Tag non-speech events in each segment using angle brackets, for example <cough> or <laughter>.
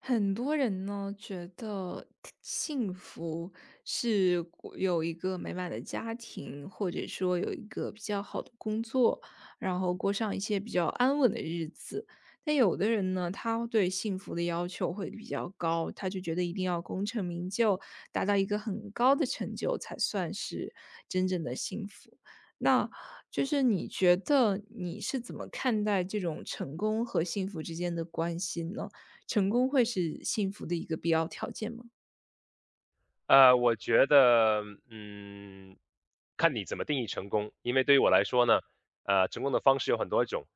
很多人呢觉得幸福是有一个美满的家庭，或者说有一个比较好的工作，然后过上一些比较安稳的日子。但有的人呢，他对幸福的要求会比较高，他就觉得一定要功成名就，达到一个很高的成就才算是真正的幸福。那就是你觉得你是怎么看待这种成功和幸福之间的关系呢？成功会是幸福的一个必要条件吗？我觉得，嗯，看你怎么定义成功。因为对于我来说呢，成功的方式有很多种，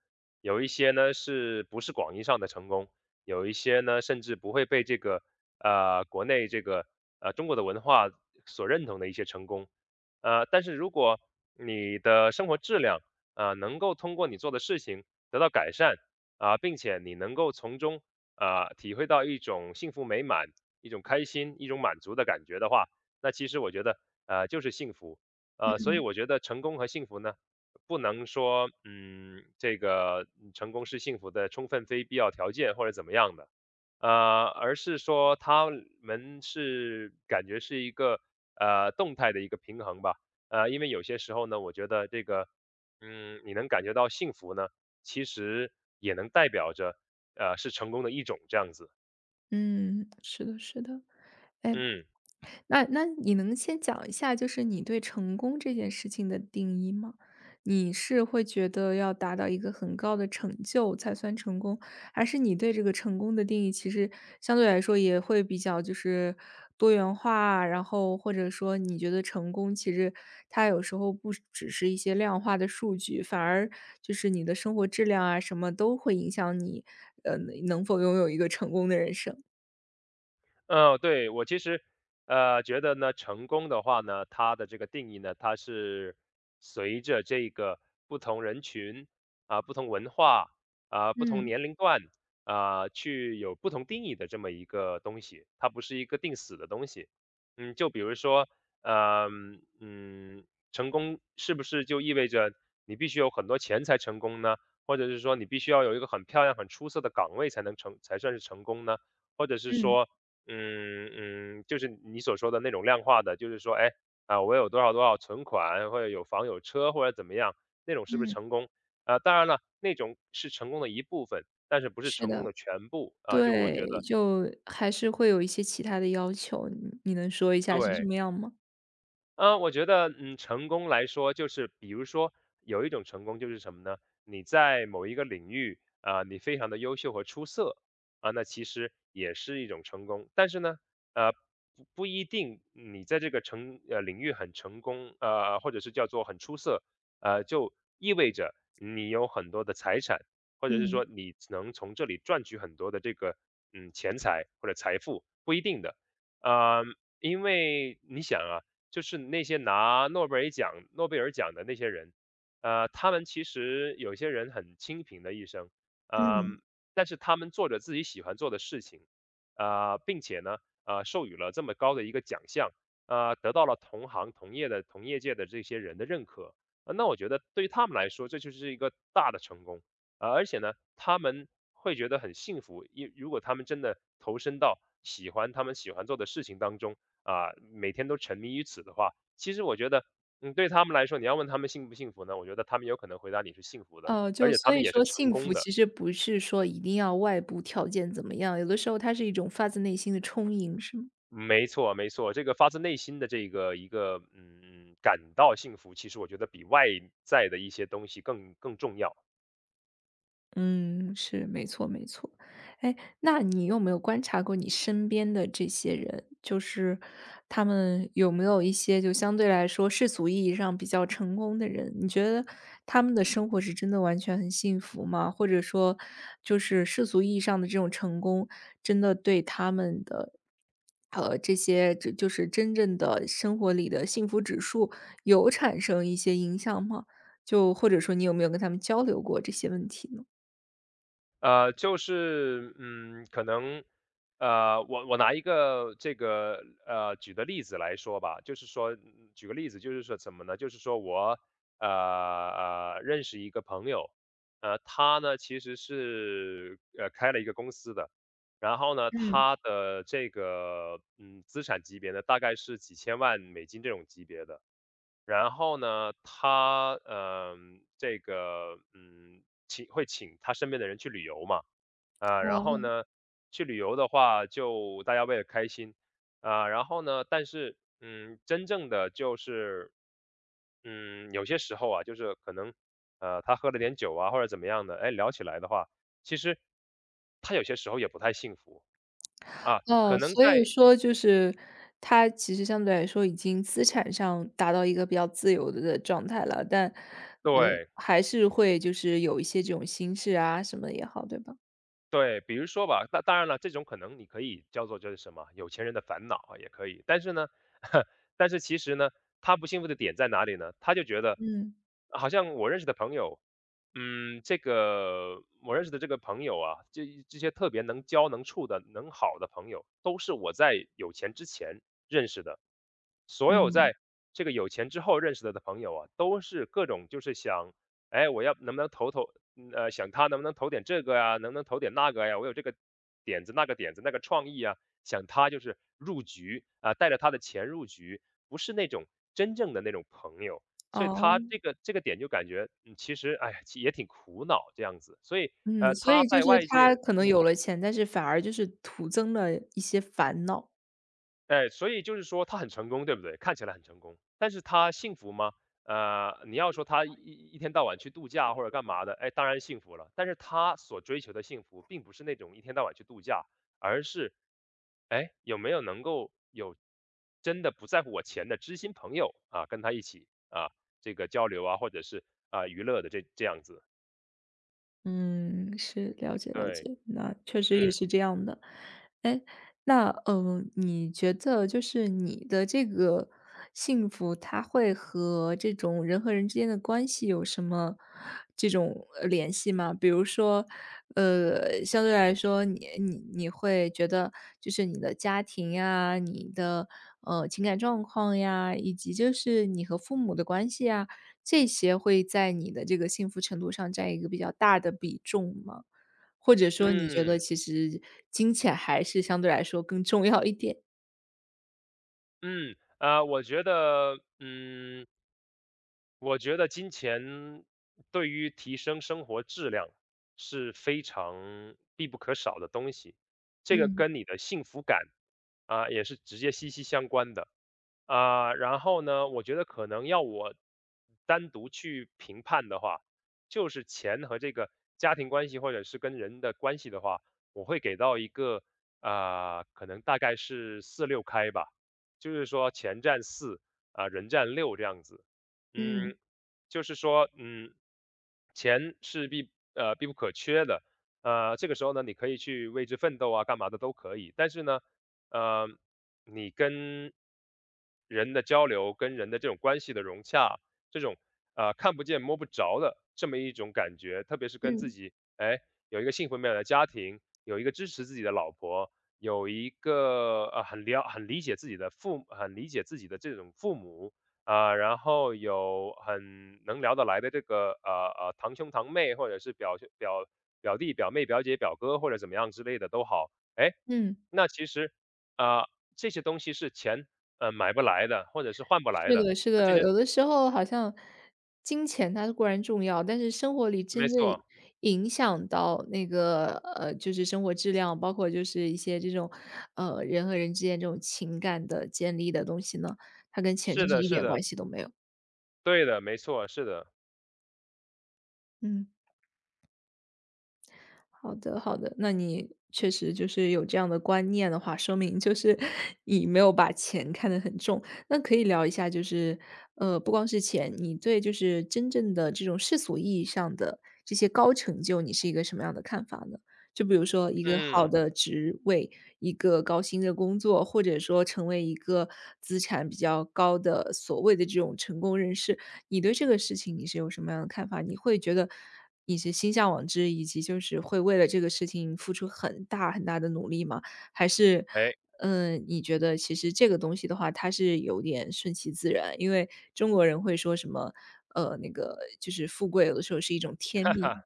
有一些呢是不是广义上的成功，有一些呢甚至不会被这个国内这个中国的文化所认同的一些成功。但是如果你的生活质量能够通过你做的事情得到改善啊、并且你能够从中啊、体会到一种幸福美满一种开心、一种满足的感觉的话，那其实我觉得，就是幸福。所以我觉得成功和幸福呢，不能说，这个成功是幸福的充分非必要条件或者怎么样的，呃，而是说他们是感觉是一个动态的一个平衡吧。因为有些时候呢，我觉得这个，你能感觉到幸福呢，其实也能代表着是成功的一种这样子。嗯，是的，是的。哎，嗯。那你能先讲一下，就是你对成功这件事情的定义吗？你是会觉得要达到一个很高的成就才算成功，还是你对这个成功的定义其实相对来说也会比较就是多元化，然后或者说你觉得成功其实它有时候不只是一些量化的数据，反而就是你的生活质量啊什么都会影响你，呃，能否拥有一个成功的人生？嗯，对，我其实，觉得呢，成功的话呢，它的这个定义呢，它是随着这个不同人群啊、不同文化啊、不同嗯年龄段啊、去有不同定义的这么一个东西，它不是一个定死的东西。就比如说，呃，嗯，成功是不是就意味着你必须有很多钱才成功呢？或者是说你必须要有一个很漂亮、很出色的岗位才算是成功呢？或者是嗯说，就是你所说的那种量化的，就是说，哎，啊，我有多少多少存款，或者有房有车，或者怎么样，那种是不是嗯，成功？啊，当然了，那种是成功的一部分，但是不是是成功的。的全部啊。就我觉对，得，就还是会有一些其他的要求，你能说一下是什对，么样吗？嗯，我觉得，成功来说，就是比如说有一种成功就是什么呢？你在某一个领域啊、你非常的优秀和出色啊、那其实也是一种成功。但是呢，呃，不一定你在这个领域很成功，或者是叫做很出色，就意味着你有很多的财产，或者是嗯。说你能从这里赚取很多的这个钱财或者财富，不一定的。呃，因为你想啊。就是那些拿诺贝尔奖的那些人，他们其实有些人很清贫的一生，呃，但是他们做着自己喜欢做的事情，并且呢，授予了这么高的一个奖项，得到了同行同业的同业界的这些人的认可，那我觉得对于他们来说，这就是一个大的成功，而且呢，他们会觉得很幸福，如果他们真的投身到他们喜欢做的事情当中，啊，每天都沉迷于此的话，其实我觉得，对他们来说，你要问他们幸不幸福呢？我觉得他们有可能回答你是幸福的，而就且他所以们也是说成幸福功的。其实不是说一定要外部条件怎么样，有的时候它是一种发自内心的充盈，是吗？没错，没错，这个发自内心的这个一个感到幸福，其实我觉得比外在的一些东西更重要。嗯，是，没错没错。哎，那你有没有观察过你身边的这些人，就是他们有没有一些就相对来说世俗意义上比较成功的人？你觉得他们的生活是真的完全很幸福吗？或者说，就是世俗意义上的这种成功，真的对他们的，这些这就是真正的生活里的幸福指数有产生一些影响吗？就或者说你有没有跟他们交流过这些问题呢？就是，可能，我拿一个这个举的例子来说吧，就是说，举个例子，就是说怎么呢？就是说我认识一个朋友，他呢其实是开了一个公司的，然后呢，嗯，他的这个资产级别呢大概是几千万美金这种级别的，然后呢，他，请他身边的人去旅游嘛，啊，然哦。后呢，去旅游的话就大家为了开心，啊，然后呢，但是，真正的就是，有些时候啊，就是可能，他喝了点酒啊，或者怎么样的，哎，聊起来的话，其实他有些时候也不太幸福啊，可哦，能所在以说就是他其实相对来说已经资产上达到一个比较自由的状态了，但，对。还是会就是有一些这种心事啊什么的也好，对吧？对，比如说吧，那当然了，这种可能你可以叫做就是什么有钱人的烦恼啊，也可以。但是呢，<laughs> 但是其实呢，他不幸福的点在哪里呢？他就觉得嗯。好像我认识的朋友这个我认识的这个朋友啊，这些特别能交、能处的、能好的朋友，都是我在有钱之前认识的。所有嗯，在这个有钱之后认识的朋友啊，都是各种就是想，哎，我要能不能投投，想他能不能投点这个呀、能不能投点那个呀？我有这个点子、那个点子、那个创意啊，想他就是入局啊、带着他的钱入局，不是那种真正的那种朋友。所以哦，他这个点就感觉，嗯，其实，哎，其也挺苦恼这样子。所以，嗯，所他以就在是外他界，可能有了钱，但是反而就是徒增了一些烦恼。哎，所以就是说他很成功，对不对？看起来很成功，但是他幸福吗？你要说他一天到晚去度假或者干嘛的，哎，当然幸福了。但是他所追求的幸福，并不是那种一天到晚去度假，而是，哎，有没有能够有真的不在乎我钱的知心朋友啊，跟他一起啊，这个交流啊，或者是啊娱乐的这样子，嗯，是，了解了对，解，那确实也嗯。是这样的。哎，那你觉得就是你的这个幸福，它会和这种人和人之间的关系有什么这种联系吗？比如说，相对来说，你会觉得就是你的家庭呀，你的情感状况呀，以及就是你和父母的关系呀。这些会在你的这个幸福程度上占一个比较大的比重吗？或者说你觉得嗯其实金钱还是相对来说更重要一点？嗯，啊，我觉得，金钱对于提升生活质量是非常必不可少的东西，这个嗯。跟你的幸福感啊，也是直接息息相关的。啊、然后呢，我觉得可能要我单独去评判的话，就是钱和这个家庭关系或者是跟人的关系的话，我会给到一个啊、可能大概是四六开吧，就是说钱占四啊、人占六这样子。嗯嗯，就是说，钱是必不可缺的，这个时候呢，你可以去为之奋斗啊，干嘛的都可以。但是呢，呃。你跟人的交流，跟人的这种关系的融洽，这种看不见摸不着的这么一种感觉，特别是跟自嗯。己哎有一个幸福美满的家庭，有一个支持自己的老婆，有一个很理解自己的这种父母啊、然后有很能聊得来的这个堂兄堂妹，或者是表兄表弟表妹表姐表哥或者怎么样之类的都好，哎，嗯，那其实。啊。这些东西是钱，买不来的，或者是换不来是的。的是那的，这些有的时候好像金钱它固然重要，但是生活里没真正错，影响到那个，就是生活质量，包括就是一些这种，人和人之间这种情感的建立的东西呢，它跟钱是真是的一是点的，关系都没有。对的，没错，是的。嗯。好的，好的，那你确实就是有这样的观念的话，说明就是你没有把钱看得很重。那可以聊一下，就是不光是钱，你对就是真正的这种世俗意义上的这些高成就，你是一个什么样的看法呢？就比如说一个好嗯，的职位，一个高薪的工作，或者说成为一个资产比较高的所谓的这种成功人士，你对这个事情你是有什么样的看法？你会觉得你是心向往之，以及就是会为了这个事情付出很大很大的努力吗？还是，哎。你觉得其实这个东西的话，它是有点顺其自然，因为中国人会说什么，那个就是富贵有的时候是一种天命。<laughs>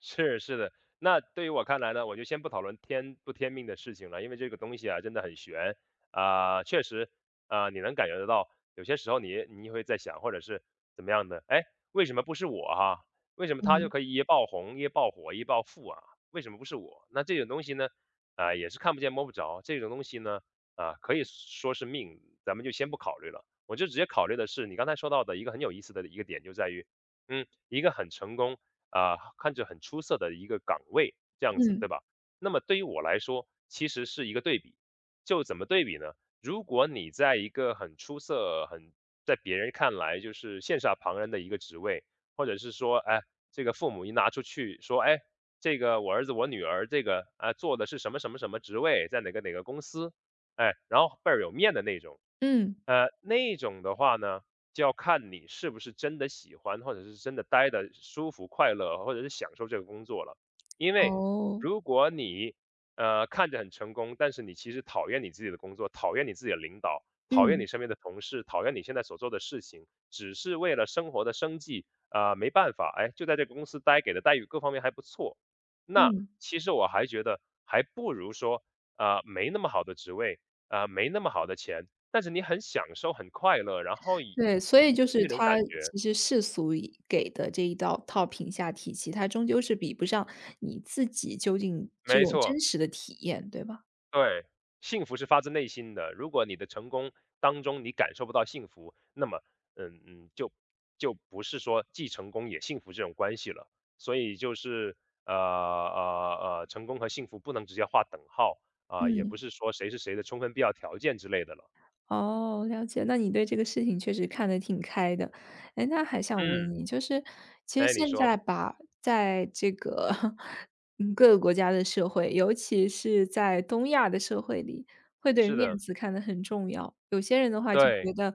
是的，那对于我看来呢，我就先不讨论天不天命的事情了，因为这个东西啊真的很玄啊、确实啊、你能感觉得到，有些时候你会在想，或者是怎么样的，哎，为什么不是我哈、为什么他就嗯。可以一夜爆红、一夜爆火、一夜暴富啊？为什么不是我？那这种东西呢，啊、也是看不见摸不着，这种东西呢，啊、可以说是命，咱们就先不考虑了，我就直接考虑的是你刚才说到的一个很有意思的一个点，就在于，一个很成功。啊、看着很出色的一个岗位，这样子，嗯对吧？那么对于我来说，其实是一个对比。就怎么对比呢？如果你在一个很出色、很在别人看来就是羡煞旁人的一个职位，或者是说，哎，这个父母一拿出去说，哎，这个我儿子、我女儿这个做的是什么什么什么职位，在哪个哪个公司，哎，然后倍儿有面的那种。嗯。那种的话呢，就要看你是不是真的喜欢，或者是真的待的舒服、快乐，或者是享受这个工作了。因为哦，如果你看着很成功，但是你其实讨厌你自己的工作，讨厌你自己的领导，讨厌嗯，你身边的同事，讨厌你现在所做的事情，只是为了生活的生计，没办法，哎，就在这个公司待，给的待遇各方面还不错，那嗯，其实我还觉得还不如说，没那么好的职位，没那么好的钱。但是你很享受、很快乐，然后以对，所以嗯，就是那种感它觉。其实世俗以给的这一道套评价体系，它终究是比不上你自己究竟这没种错，真实的体验，对吧？对，幸福是发自内心的。如果你的成功当中你感受不到幸福，那么，嗯嗯，就不是说既成功也幸福这种关系了。所以就是，成功和幸福不能直接画等号啊，也不嗯。是说谁是谁的充分必要条件之类的了。哦，了解。那你对这个事情确实看得挺开的。哎，那还想问嗯，你，就是其实哎，你现说，在吧，在这个 <laughs>，嗯各个国家的社会，尤其是在东亚的社会里，会对是面的，子看得很重要。有些人的话就觉对，得，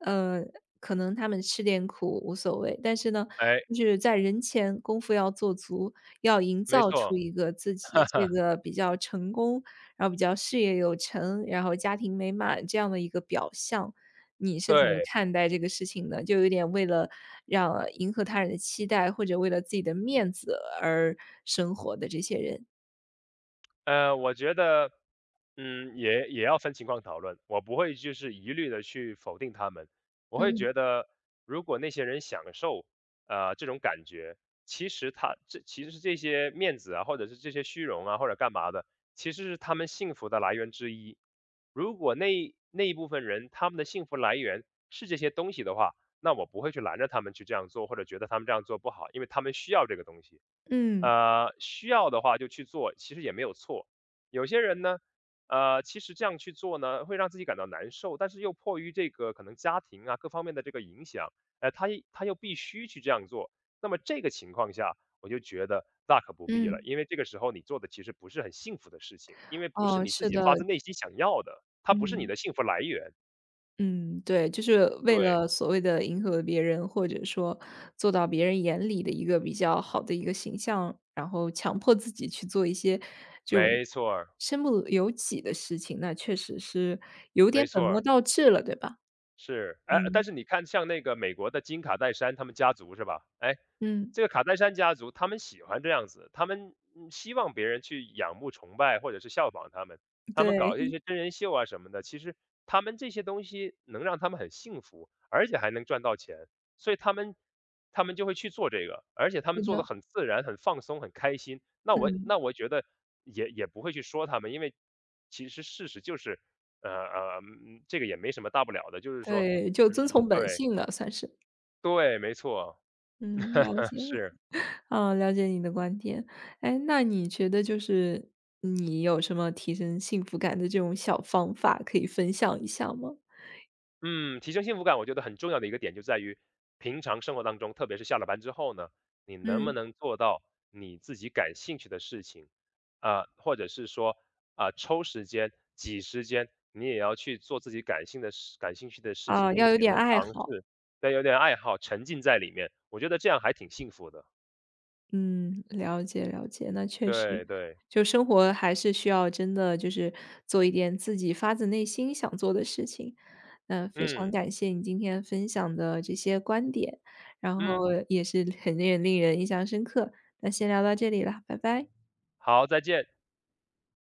呃，可能他们吃点苦无所谓，但是呢，哎，就是在人前功夫要做足，要营没造出错，一个自 <laughs> 哈己这哈，个比较成功然后比较事业有成，然后家庭美满这样的一个表象，你是怎么对。看待这个事情的？就有点为了让迎合他人的期待，或者为了自己的面子而生活的这些人。我觉得，嗯，也要分情况讨论。我不会就是一律的去否定他们，我会觉嗯。得，如果那些人享受，这种感觉，其实他这其实是这些面子啊，或者是这些虚荣啊，或者干嘛的，其实是他们幸福的来源之一。如果那一部分人他们的幸福来源是这些东西的话，那我不会去拦着他们去这样做，或者觉得他们这样做不好，因为他们需要这个东西。嗯嗯需要的话就去做，其实也没有错。有些人呢，其实这样去做呢，会让自己感到难受，但是又迫于这个可能家庭啊各方面的这个影响，他又必须去这样做。那么这个情况下，我就觉得大可不必了，嗯因为这个时候你做的其实不是很幸福的事情，因为不是哦，你自是己发的，自内心想要的，它不是你嗯。的幸福来源。嗯，对，就是为对，了所谓的迎合别人，或者说做到别人眼里的一个比较好的一个形象，然后强迫自己去做一些这种没错儿，身不由己的事情，那确实是有没点本错末儿。倒置了，对吧？是，哎，嗯但是你看像那个美国的金卡戴珊他们家族是吧？哎，嗯，这个卡戴珊家族他们喜欢这样子，他们嗯希望别人去仰慕、崇拜或者是效仿他们，他们对，搞这些 <laughs> 真人秀啊什么的，其实他们这些东西能让他们很幸福，而且还能赚到钱，所以他们就会去做这个，而且他是们做的的，很自然、很放松、很开心。那我嗯，那我觉得也不会去说他们，因为其实事实就是嗯，这个也没什么大不了的，就是说对，就遵嗯从嗯，本对，性了，算是。对，没错，嗯，了解。<laughs> 是。<laughs> 啊，了解你的观点。哎，那你觉得就是你有什么提升幸福感的这种小方法可以分享一下吗？嗯，提升幸福感我觉得很重要的一个点就在于，平常生活当中，特别是下了班之后呢，你能不嗯，能做到你自己感兴趣的事情，啊，或者是说，啊，抽时间、挤时间，你也要去做自己感性的事感兴趣的事情，啊，并要有且点呢，爱尝试好。对，但有点爱好，沉浸在里面，我觉得这样还挺幸福的。嗯，了解了解，那确实，对对，就生活还是需要真的就是做一点自己发自内心想做的事情。那非常嗯，感谢你今天分享的这些观点，然嗯，后也是很令人令人印象深刻。那先聊到这里了，拜拜。好，再见。